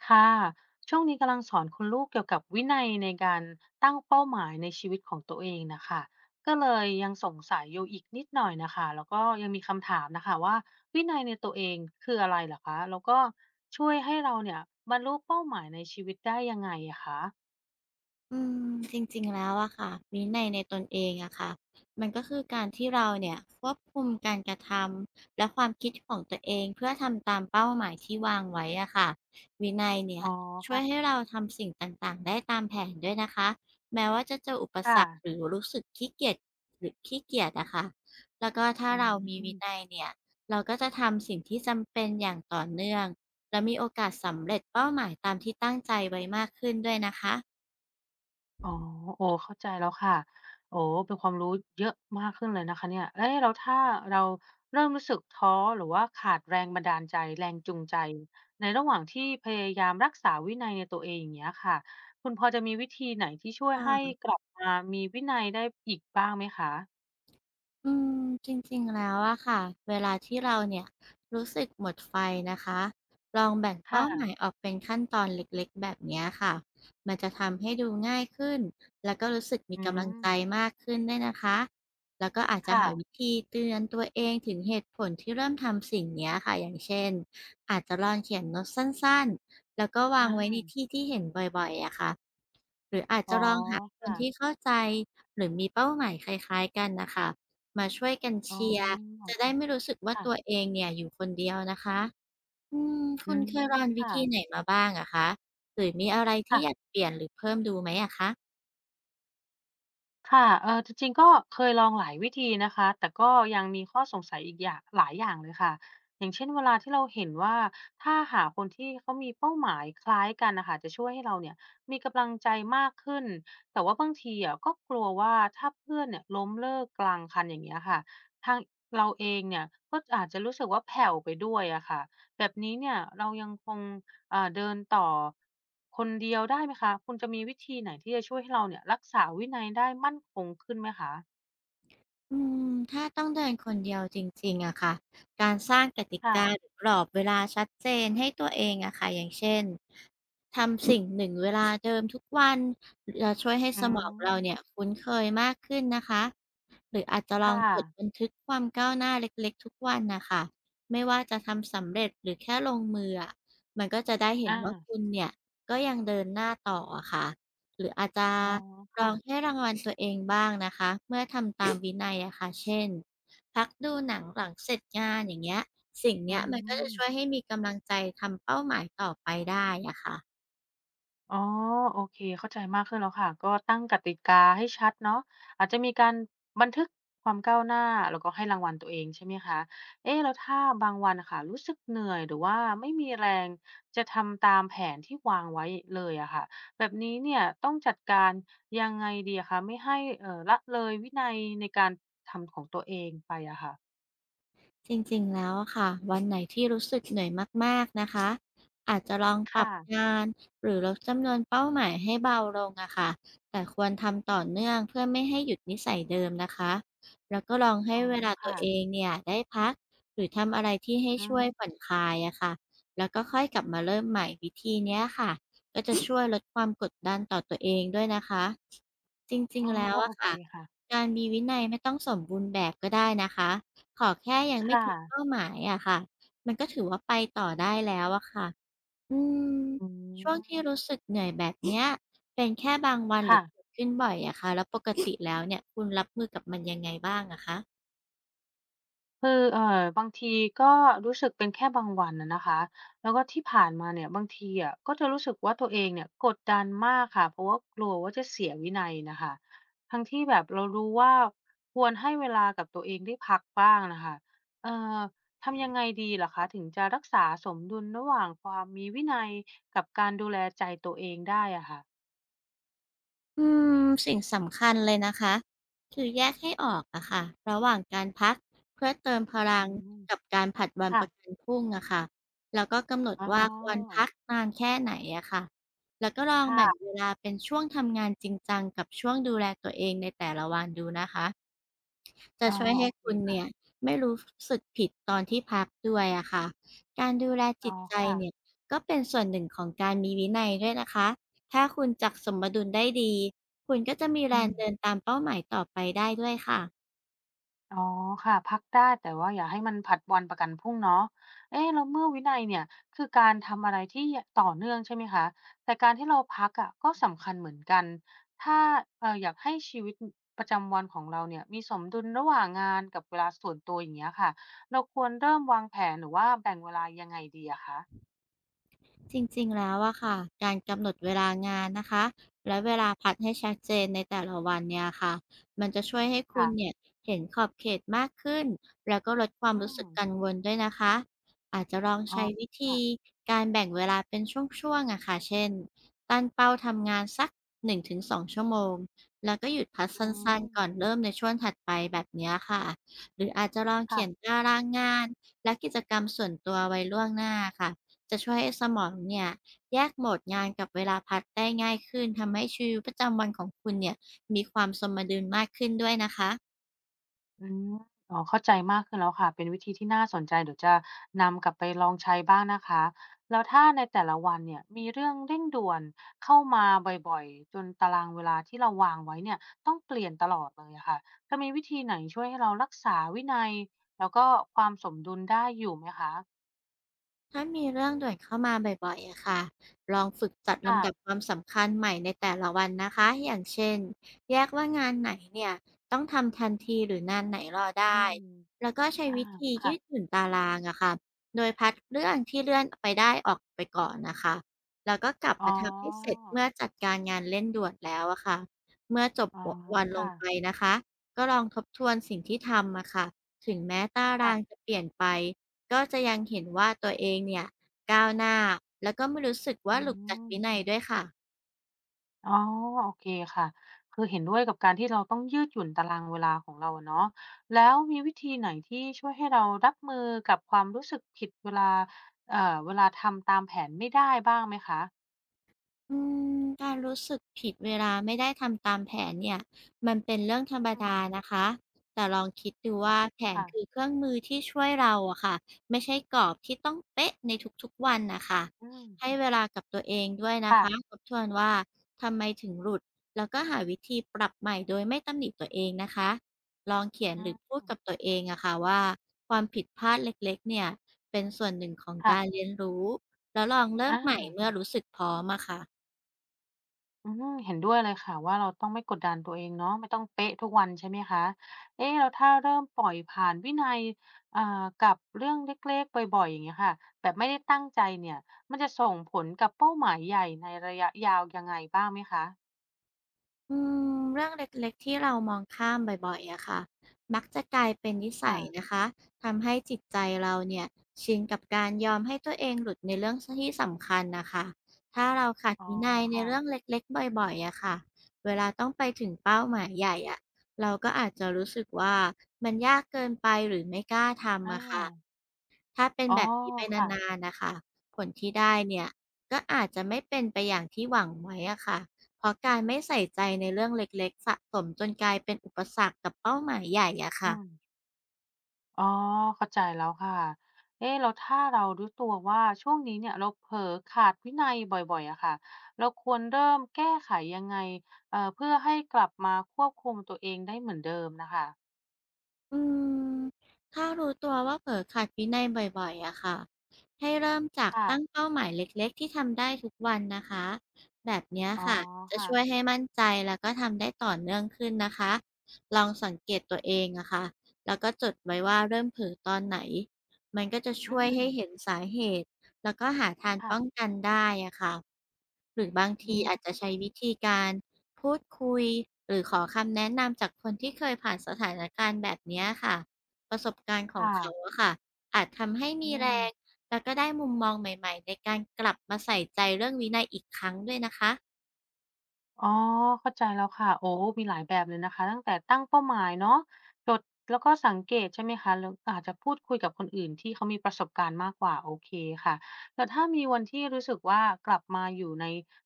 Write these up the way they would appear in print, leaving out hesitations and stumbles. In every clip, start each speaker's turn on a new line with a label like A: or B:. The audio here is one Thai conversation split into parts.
A: ค่ะช่วงนี้กำลังสอนคุณลูกเกี่ยวกับวินัยในการตั้งเป้าหมายในชีวิตของตัวเองนะคะก็เลยยังสงสัยอยู่อีกนิดหน่อยนะคะแล้วก็ยังมีคำถามนะคะว่าวินัยในตัวเองคืออะไรเหรอคะแล้วก็ช่วยให้เราเนี่ยบรรลุเป้าหมายในชีวิตได้ยังไงอะคะ
B: อืมจริงๆแล้วอะค่ะวินัยในตนเองอะค่ะมันก็คือการที่เราเนี่ยควบคุมการกระทำและความคิดของตัวเองเพื่อทำตามเป้าหมายที่วางไว้อะค่ะวินัยเนี่
A: อ๋
B: ย
A: อ
B: ช่วย
A: ค่ะ
B: ให้เราทำสิ่งต่างๆได้ตามแผนด้วยนะคะแม้ว่าจะเจออุปสรรคห
A: ค่ะ
B: รือรู้สึกขี้เกียจหรือขี้เกียจอะค่ะแล้วก็ถ้า
A: อื
B: เรามีวินั
A: ม
B: ยเนี่ยเราก็จะทำสิ่งที่จำเป็นอย่างต่อเนื่องและมีโอกาสสำเร็จเป้าหมายตามที่ตั้งใจไว้มากขึ้นด้วยนะคะ
A: อ๋อโอ้เข้าใจแล้วค่ะโอ้เป็นความรู้เยอะมากขึ้นเลยนะคะเนี่ยเอ๊ะแล้วถ้าเราเริ่มรู้สึกท้อหรือว่าขาดแรงบันดาลใจแรงจูงใจในระหว่างที่พยายามรักษาวินัยในตัวเองอย่างเงี้ยค่ะคุณพอจะมีวิธีไหนที่ช่วยให้
B: ค่ะ
A: กลับมามีวินัยได้อีกบ้างไหมคะ
B: อืมจริงๆ แล้วอะค่ะเวลาที่เราเนี่ยรู้สึกหมดไฟนะคะลองแบ่ง
A: ค
B: เป้าหมาย
A: ่ะ
B: ออกเป็นขั้นตอนเล็กๆแบบเนี้ยค่ะมันจะทำให้ดูง่ายขึ้นแล้วก็รู้สึกมี
A: อื
B: กำลังใจ
A: ม
B: มากขึ้นด้วยนะคะแล้วก็อาจจะ
A: ค่ะ
B: หาวิธีเตือนตัวเองถึงเหตุผลที่เริ่มทำสิ่งเนี้ยค่ะอย่างเช่นอาจจะลองเขียนโน้ตสั้นๆแล้วก็วาง
A: อา
B: ไว้ในที่ที่เห็นบ่อยๆอะค่ะ หรืออาจ
A: อ๋อ
B: จะลองหาคน
A: ค่ะ
B: ที่เข้าใจหรือมีเป้าหมายคล้ายๆกันน่ะค่ะมาช่วยกัน
A: อ๋
B: เชียร์
A: อ
B: จะได้ไม่รู้สึกว่าตัว
A: ค่ะ
B: เองเนี่ยอยู่คนเดียวนะคะอืม
A: อื
B: คุณ
A: ม
B: เคยลองวิ
A: ค่
B: ธีไหนมาบ้างอะคะหรือมีอะไร
A: ะ
B: ที่อยากเปลี่ยนหรือเพิ่มดูไหมอะคะ
A: ค่ะจริงๆก็เคยลองหลายวิธีนะคะแต่ก็ยังมีข้อสงสัยอีกอย่างหลายอย่างเลยค่ะอย่างเช่นเวลาที่เราเห็นว่าถ้าหาคนที่เขามีเป้าหมายคล้ายกันนะค่ะจะช่วยให้เราเนี่ยมีกำลังใจมากขึ้น แต่ว่าบางทีอะก็กลัวว่าถ้าเพื่อนเนี่ยล้มเลิกกลางคันอย่างเงี้ยค่ะทางเราเองเนี่ยก็อาจจะรู้สึกว่าแผ่วไปด้วยอะค่ะแบบนี้เนี่ยเรายังคง เดินต่อคนเดียวได้ไหมคะ คุณจะมีวิธีไหนที่จะช่วยให้เราเนี่ยรักษาวินัยได้มั่นคงขึ้นไหมคะ
B: อืมถ้าต้องเดินคนเดียวจริงๆอะค่ะการสร้างกติ
A: ค่ะ
B: กาหรือกรอบเวลาชัดเจนให้ตัวเองอะค่ะอย่างเช่นทำสิ่งหนึ่งเวลาเดิมทุกวันจะช่วยให้
A: อื
B: สมองเราเนี่ย
A: ม
B: คุ้นเคยมากขึ้นนะคะหรืออาจจะลอง
A: ค่ะ
B: จดบันทึกความก้าวหน้าเล็กๆทุกวันน่ะค่ะไม่ว่าจะทำสำเร็จหรือแค่ลงมืออะมันก็จะได้เห็น
A: อา
B: ว่าคุณเนี่ยก็ยังเดินหน้าต่ออะค่ะ หรืออาจจะ
A: อ๋อ
B: ล
A: ค่ะ
B: องให้รางวัลตัวเองบ้างนะคะเมื่อทำตามวินัยอะค่ะเช่นพักดูหนังหลังเสร็จงานอย่างเงี้ยสิ่ง
A: อื
B: เนี้ยมันก็จะช่วย
A: ม
B: ให้มีกำลังใจทำเป้าหมายต่อไปได้อะค่ะ
A: อ๋อโอเคเข้าใจมากขึ้นแล้วค่ะก็ตั้งกติกาให้ชัดเนาะอาจจะมีการบันทึกความก้าวหน้าแล้วก็ให้รางวัลตัวเองใช่ไหมคะเอ๊ะแล้วถ้าบางวันค่ะรู้สึกเหนื่อยหรือว่าไม่มีแรงจะทำตามแผนที่วางไว้เลยอะค่ะแบบนี้เนี่ยต้องจัดการยังไงดีอะคะไม่ให้ละเลยวินัยในการทำของตัวเองไปอะค่ะ
B: จริงๆ แล้วอะค่ะวันไหนที่รู้สึกเหนื่อยมากๆนะคะอาจจะลอง
A: ค
B: ปรับ
A: ่ะ
B: งานหรือลดจำนวนเป้าหมายให้เบาลงอะค่ะแต่ควรทำต่อเนื่องเพื่อไม่ให้หยุดนิสัยเดิมนะคะแล้วก็ลองให้
A: อ๋อ
B: เวลาตัว
A: ค่ะ
B: เองเนี่ยได้พักหรือทำอะไรที่ให้
A: อื
B: ช่วยผ่อ
A: ม
B: นคลายอะค่ะแล้วก็ค่อยกลับมาเริ่มใหม่วิธีเนี้ยค่ะก็จะช่วยลดความกดดันต่อตัวเองด้วยนะคะจริง
A: อ๋อ
B: ๆแล้ว
A: โอ
B: อะ
A: เค
B: ค่ะ
A: ค่ะ
B: การมีวินัยไม่ต้องสมบูรณ์แบบก็ได้นะคะ ขอแค่ยัง
A: ค
B: ไม่ทิ้ง
A: ่ะ
B: เป้าหมายอะค่ะมันก็ถือว่าไปต่อได้แล้วอะค่ะอืม
A: อื
B: ช่วงที่
A: ม
B: รู้สึกเหนื่อยแบบเนี้ยเป็นแค่บางวันหรือเกิ
A: ค่ะ
B: ดขึ้นบ่อยอะค่ะแล้วปกติแล้วเนี่ยคุณรับมือกับมันยังไงบ้างอะคะ
A: คือบางทีก็รู้สึกเป็นแค่บางวันนะคะแล้วก็ที่ผ่านมาเนี่ยบางทีอะก็จะรู้สึกว่าตัวเองเนี่ยกดดันมากค่ะเพราะว่ากลัวว่าจะเสียวินัยนะคะทั้งที่แบบเรารู้ว่าควรให้เวลากับตัวเองได้พักบ้างนะคะเอ่อทำยังไงดีหรอคะถึงจะรักษาสมดุลระหว่างความมีวินัยกับการดูแลใจตัวเองได้อะค่ะ
B: อืมสิ่งสำคัญเลยนะคะคือแยกให้ออกอะค่ะระหว่างการพักเพื่อเติมพ
A: อื
B: ลัง
A: ม
B: กับการผลัดวัน
A: ค่ะ
B: ประกันพรุ่งอะค่ะแล้วก็กำหนด
A: อ๋อ
B: ว่าควรพักนานแค่ไหนอะค่ะแล้วก็ลองแบ่ง
A: ค่ะ
B: เวลาเป็นช่วงทำงานจริงจังกับช่วงดูแลตัวเองในแต่ละวันดูนะคะ จะ
A: อ๋อ
B: ช่วย
A: โอ
B: ให้
A: เค
B: คุณเนี่ย
A: ค่ะ
B: ไม่รู้สึกผิดตอนที่พักด้วยอะค่ะ การดูแลจิ
A: อ๋อ
B: ตใจ
A: ค่ะ
B: เนี่ยก็เป็นส่วนหนึ่งของการมีวินัยด้วยนะคะ ถ้าคุณจักสมดุลได้ดี คุณก็จะมีแร
A: อื
B: ง
A: ม
B: เดินตามเป้าหมายต่อไปได้ด้วยค่ะ
A: อ๋อค่ะพักได้แต่ว่าอย่าให้มันผัดวันประกันพรุ่งเนาะเอ๊ะแล้วเมื่อวินัยเนี่ยคือการทำอะไรที่ต่อเนื่องใช่ไหมคะแต่การที่เราพักอะก็สำคัญเหมือนกันถ้าอยากให้ชีวิตประจำวันของเราเนี่ยมีสมดุลระหว่างงานกับเวลาส่วนตัวอย่างเงี้ยค่ะเราควรเริ่มวางแผนหรือว่าแบ่งเวลายังไงดีอะคะ
B: จริงๆ แล้วอะค่ะ การกำหนดเวลางานนะคะ และเวลาพักให้ชัดเจนในแต่ละวันเนี่ยค่ะ มันจะช่วยให้คุ
A: ค่ะ
B: ณเนี่ยเห็นขอบเขตมากขึ้น แล้วก็ลดความ
A: อื
B: รู้
A: ม
B: สึกกังวลด้วยนะคะ อาจจะลอง
A: อ๋อ
B: ใช้วิ
A: ค่ะ
B: ธีการแบ่งเวลาเป็นช่วงๆ อะค่ะ เช่น ตั้งเป้าทำงานสัก1-2ชั่วโมง แล้วก็หยุดพักสั
A: อื
B: ้น
A: ม
B: ๆ ก่อนเริ่มในช่วงถัดไปแบบเนี้ยค่ะหรืออาจจะลองเขียน
A: ค่ะ
B: ตารางงานและกิจกรรมส่วนตัวไว้ล่วงหน้าค่ะ จะช่วยให้สมองเนี่ยแยกโหมดงานกับเวลาพักได้ง่ายขึ้นทำให้ชีวิตประจำวันของคุณเนี่ยมีความสมดุลมากขึ้นด้วยนะคะ
A: อืมอ๋อเข้าใจมากขึ้นแล้วค่ะ เป็นวิธีที่น่าสนใจเดี๋ยวจะนำกลับไปลองใช้บ้างนะคะ แล้วถ้าในแต่ละวันเนี่ยมีเรื่องเร่งด่วนเข้ามาบ่อยๆจนตารางเวลาที่เราวางไว้เนี่ยต้องเปลี่ยนตลอดเลยอะค่ะจะมีวิธีไหนช่วยให้เรารักษาวินัยแล้วก็ความสมดุลได้อยู่ไหมคะ
B: ถ้ามีเรื่องด่วนเข้ามาบ่อยๆอะค่ะลองฝึกจัด
A: ค่ะ
B: ลำดับความสำคัญใหม่ในแต่ละวันนะคะอย่างเช่น แยกว่างานไหนเนี่ยต้องทำทันทีหรืองานไหนรอ
A: อื
B: ได้
A: ม
B: แล้วก็ใช้
A: อา
B: วิธี
A: ค่ะ
B: ยืดหยุ่นตารางอะค่ะโดยพัดเรื่องที่เลื่อนไปได้ออกไปก่อนนะคะ แล้วก็กลับ
A: อ๋
B: มาทำให้เสร็จ
A: อ
B: เมื่อจัดการงานเร่งด่วนแล้วอะค่ะเมื่อจบ
A: อ๋อ
B: วันลง
A: ค่ะ
B: ไปนะคะ ก็ลองทบทวนสิ่งที่ทำอะค่ะถึงแม้ตาราง
A: ค่ะ
B: จะเปลี่ยนไป ก็จะยังเห็นว่าตัวเองเนี่ยก้าวหน้าแล้วก็ไม่รู้สึกว่า
A: อื
B: หลุดจาก
A: ม
B: วินัยด้วยค่ะ
A: อ๋อโอเคค่ะคือเห็นด้วยกับการที่เราต้องยืดหยุ่นตารางเวลาของเราอะเนาะแล้วมีวิธีไหนที่ช่วยให้เรารับมือกับความรู้สึกผิดเวลาเอ่อเวลาทำตามแผนไม่ได้บ้างไหมคะ
B: อืมการรู้สึกผิดเวลาไม่ได้ทำตามแผนเนี่ยมันเป็นเรื่องธรรม
A: อืม
B: ดานะคะแต่ลองคิดดูว่าแผน
A: ค่ะ
B: คือเครื่องมือที่ช่วยเราอะค่ะไม่ใช่กรอบที่ต้องเป๊ะในทุกๆวันนะคะ
A: อืม
B: ให้เวลากับตัวเองด้วยนะ
A: ค่ะ
B: คะทบทวนว่าทำไมถึงหลุดแล้วก็หาวิธีปรับใหม่โดยไม่ตำหนิตัวเองนะคะลองเขียน
A: อื
B: หรือ
A: ม
B: พูดกับตัวเองอะค่ะว่าความผิดพลาดเล็กๆเนี่ยเป็นส่วนหนึ่งของ
A: ค่ะ
B: การเรียนรู้แล้วลอง
A: อ
B: เริ่มใหม่
A: ่า
B: เมื่อรู้สึกพร้อมอะค่ะ
A: อืมเห็นด้วยเลยค่ะว่าเราต้องไม่กดดันตัวเองเนาะไม่ต้องเป๊ะทุกวันใช่ไหมคะ เอ๊ะเราถ้าเริ่มปล่อยผ่านวินัยอ่ากับเรื่องเล็กๆบ่อยๆอย่างเงี้ยค่ะแบบไม่ได้ตั้งใจเนี่ยมันจะส่งผลกับเป้าหมายใหญ่ในระยะยาวยังไงบ้างไหมคะ
B: อืมเรื่องเล็กๆที่เรามองข้ามบ่อยๆอะค่ะมักจะกลายเป็นนิสัย
A: ค่ะ
B: นะคะทำให้จิตใจเราเนี่ยชินกับการยอมให้ตัวเองหลุดในเรื่องสที่สำคัญน่ะค่ะถ้าเราขาด
A: อ๋อ
B: วินัยใน
A: ค่ะ
B: เรื่องเล็กๆบ่อยๆอะค่ะเวลาต้องไปถึงเป้าหมายใหญ่อะเราก็อาจจะรู้สึกว่ามันยากเกินไปหรือไม่กล้าทำ
A: อา
B: อะค่ะ ถ้าเป็น
A: อ๋อ
B: แบบนี้ไป
A: ค่ะ
B: นานๆนะคะผลที่ได้เนี่ยก็อาจจะไม่เป็นไปอย่างที่หวังไว้อะค่ะเพราะการไม่ใส่ใจในเรื่องเล็กๆสะสมจนกลายเป็นอุปสรรคกับเป้าหมายใหญ่อะ
A: อื
B: ค่ะ
A: ม อ๋อเข้าใจแล้วค่ะ เอ๊ะแล้วถ้าเรารู้ตัวว่าช่วงนี้เนี่ยเราเผลอขาดวินัยบ่อยๆอะค่ะ เราควรเริ่มแก้ไขยังไงเพื่อให้กลับมาควบคุมตัวเองได้เหมือนเดิมนะคะ
B: อืมถ้ารู้ตัวว่าเผลอขัดวินัยบ่อยๆอะค่ะให้เริ่มจาก
A: ค่ะ
B: ตั้งเป้าหมายเล็กๆที่ทำได้ทุกวันนะคะแบบเนี้ย
A: อ๋อ
B: ค่ะจะช่วย
A: ค่ะ
B: ให้มั่นใจแล้วก็ทำได้ต่อเนื่องขึ้นนะคะลองสังเกตตัวเองอะค่ะแล้วก็จดไว้ว่าเริ่มเผลอตอนไหนมันก็จะ
A: อื
B: ช่วย
A: ม
B: ให้เห็นสาเหตุแล้วก็หาทางป้อง
A: ค่ะ
B: กันได้อะค่ะหรือบาง
A: อื
B: ทีอาจ
A: ม
B: จะใช้วิธีการ พูดคุยหรือขอคำแนะนำจากคนที่เคยผ่านสถานการณ์แบบเนี้ยค่ะประสบการณ์ของ
A: ค่ะ
B: เขาอะค่ะอาจทำให้
A: อื
B: มีแร
A: ม
B: งแล้วก็ได้มุมมองใหม่ๆในการกลับมาใส่ใจเรื่องวินัยอีกครั้งด้วยนะคะ
A: อ๋อเข้าใจแล้วค่ะโอ้มีหลายแบบเลยนะคะตั้งแต่ตั้งเป้าหมายเนาะจดแล้วก็สังเกตใช่ไหมคะแล้วอาจจะพูดคุยกับคนอื่นที่เขามีประสบการณ์มากกว่าโอเคค่ะแต่ถ้ามีวันที่รู้สึกว่ากลับมาอยู่ใน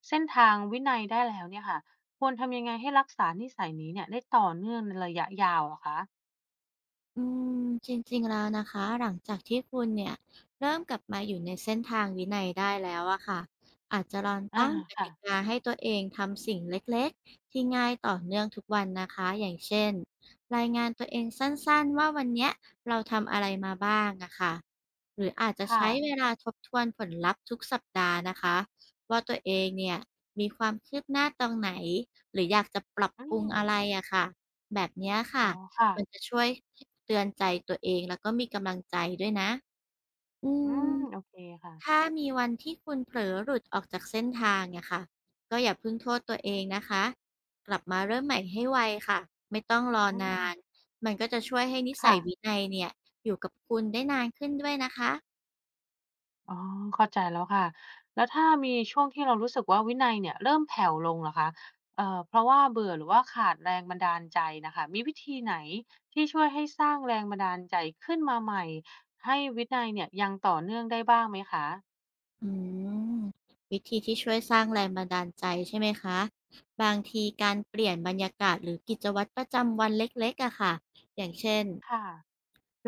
A: เส้นทางวินัยได้แล้วเนี่ยค่ะควรทำยังไงให้รักษานิสัยนี้เนี่ยได้ต่อเนื่องในระยะยาวเหรอคะ
B: อืมจริงๆแล้วนะคะหลังจากที่คุณเนี่ยเริ่มกลับมาอยู่ในเส้นทางวินัยได้แล้วอะค่ะอาจจะลอง
A: อา
B: ตั้งกติ
A: ค่ะ
B: กาให้ตัวเองทำสิ่งเล็กๆที่ง่ายต่อเนื่องทุกวันนะคะอย่างเช่นรายงานตัวเองสั้นๆว่าวันเนี้ยเราทำอะไรมาบ้างอะค่ะหรืออาจจะ
A: ค่ะ
B: ใช้เวลาทบทวนผลลัพธ์ทุกสัปดาห์นะคะว่าตัวเองเนี่ยมีความคืบหน้าตรงไหนหรืออยากจะปรับ
A: อื
B: ปรุง
A: ม
B: อะไรอะค่ะแบบเนี้ย
A: อ๋
B: ค่ะ
A: อ
B: มัน
A: ค่ะ
B: จะช่วยเตือนใจตัวเองแล้วก็มีกำลังใจด้วยนะอื
A: อืม
B: ม
A: โอเคค่ะ
B: ถ้ามีวันที่คุณเผลอหลุดออกจากเส้นทางเนี่ยค่ะก็อย่าเพิ่งโทษตัวเองนะคะ กลับมาเริ่มใหม่ให้ไวค่ะ ไม่ต้องรอ
A: อืม
B: นานมันก็จะช่วยให้นิสั
A: ค่ะ
B: ยวินัยเนี่ยอยู่กับคุณได้นานขึ้นด้วยนะคะ
A: อ๋อเข้าใจแล้วค่ะแล้วถ้ามีช่วงที่เรารู้สึกว่าวินัยเนี่ยเริ่มแผ่วลงเหระคะเพราะว่าเบื่อหรือว่าขาดแรงบันดาลใจนะคะมีวิธีไหนที่ช่วยให้สร้างแรงบันดาลใจขึ้นมาใหม่ให้วินัยเนี่ยยังต่อเนื่องได้บ้างไหมคะ
B: อืมวิธีที่ช่วยสร้างแรงบันดาลใจใช่ไหมคะบางทีการเปลี่ยนบรรยากาศหรือกิจวัตรประจำวันเล็กๆอะค่ะอย่างเช่น
A: ค่ะ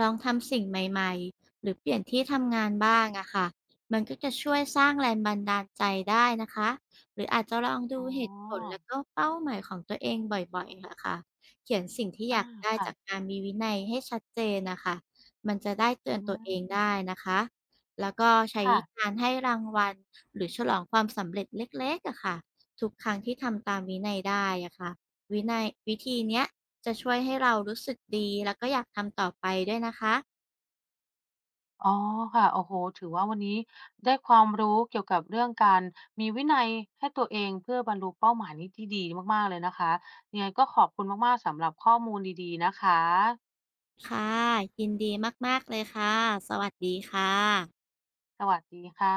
B: ลองทำสิ่งใหม่ๆหรือเปลี่ยนที่ทำงานบ้างอะค่ะมันก็จะช่วยสร้างแรงบันดาลใจได้นะคะหรืออาจจะลองดู
A: อ๋อ
B: เหตุผลแล้วก็เป้าหมายของตัวเองบ่อยๆค่ะเขียนสิ่งที่อ
A: อา
B: ยากได้
A: ค่ะ
B: จากงานมีวินัยให้ชัดเจนนะคะมันจะได้เตือ
A: อื
B: นตัวเองได้
A: ม
B: นะคะแล้วก็ใช้
A: ค่ะ
B: การให้รางวัลหรือฉลองความสำเร็จเล็กๆอะค่ะทุกครั้งที่ทำตามวินัยได้อะค่ะวินัยวิธีเนี้ย จะช่วยให้เรารู้สึกดีแล้วก็อยากทำต่อไปด้วยนะคะ
A: อ๋อค่ะโอ้โหถือว่าวันนี้ได้ความรู้เกี่ยวกับเรื่องการมีวินัยให้ตัวเองเพื่อบรรลุเป้าหมายนี้ที่ดีมากๆเลยนะคะยังไงก็ขอบคุณมากๆสำหรับข้อมูลดีๆนะคะ
B: ค่ะยินดีมากๆเลยค่ะ สวัสดีค่ะ
A: สวัสดีค่ะ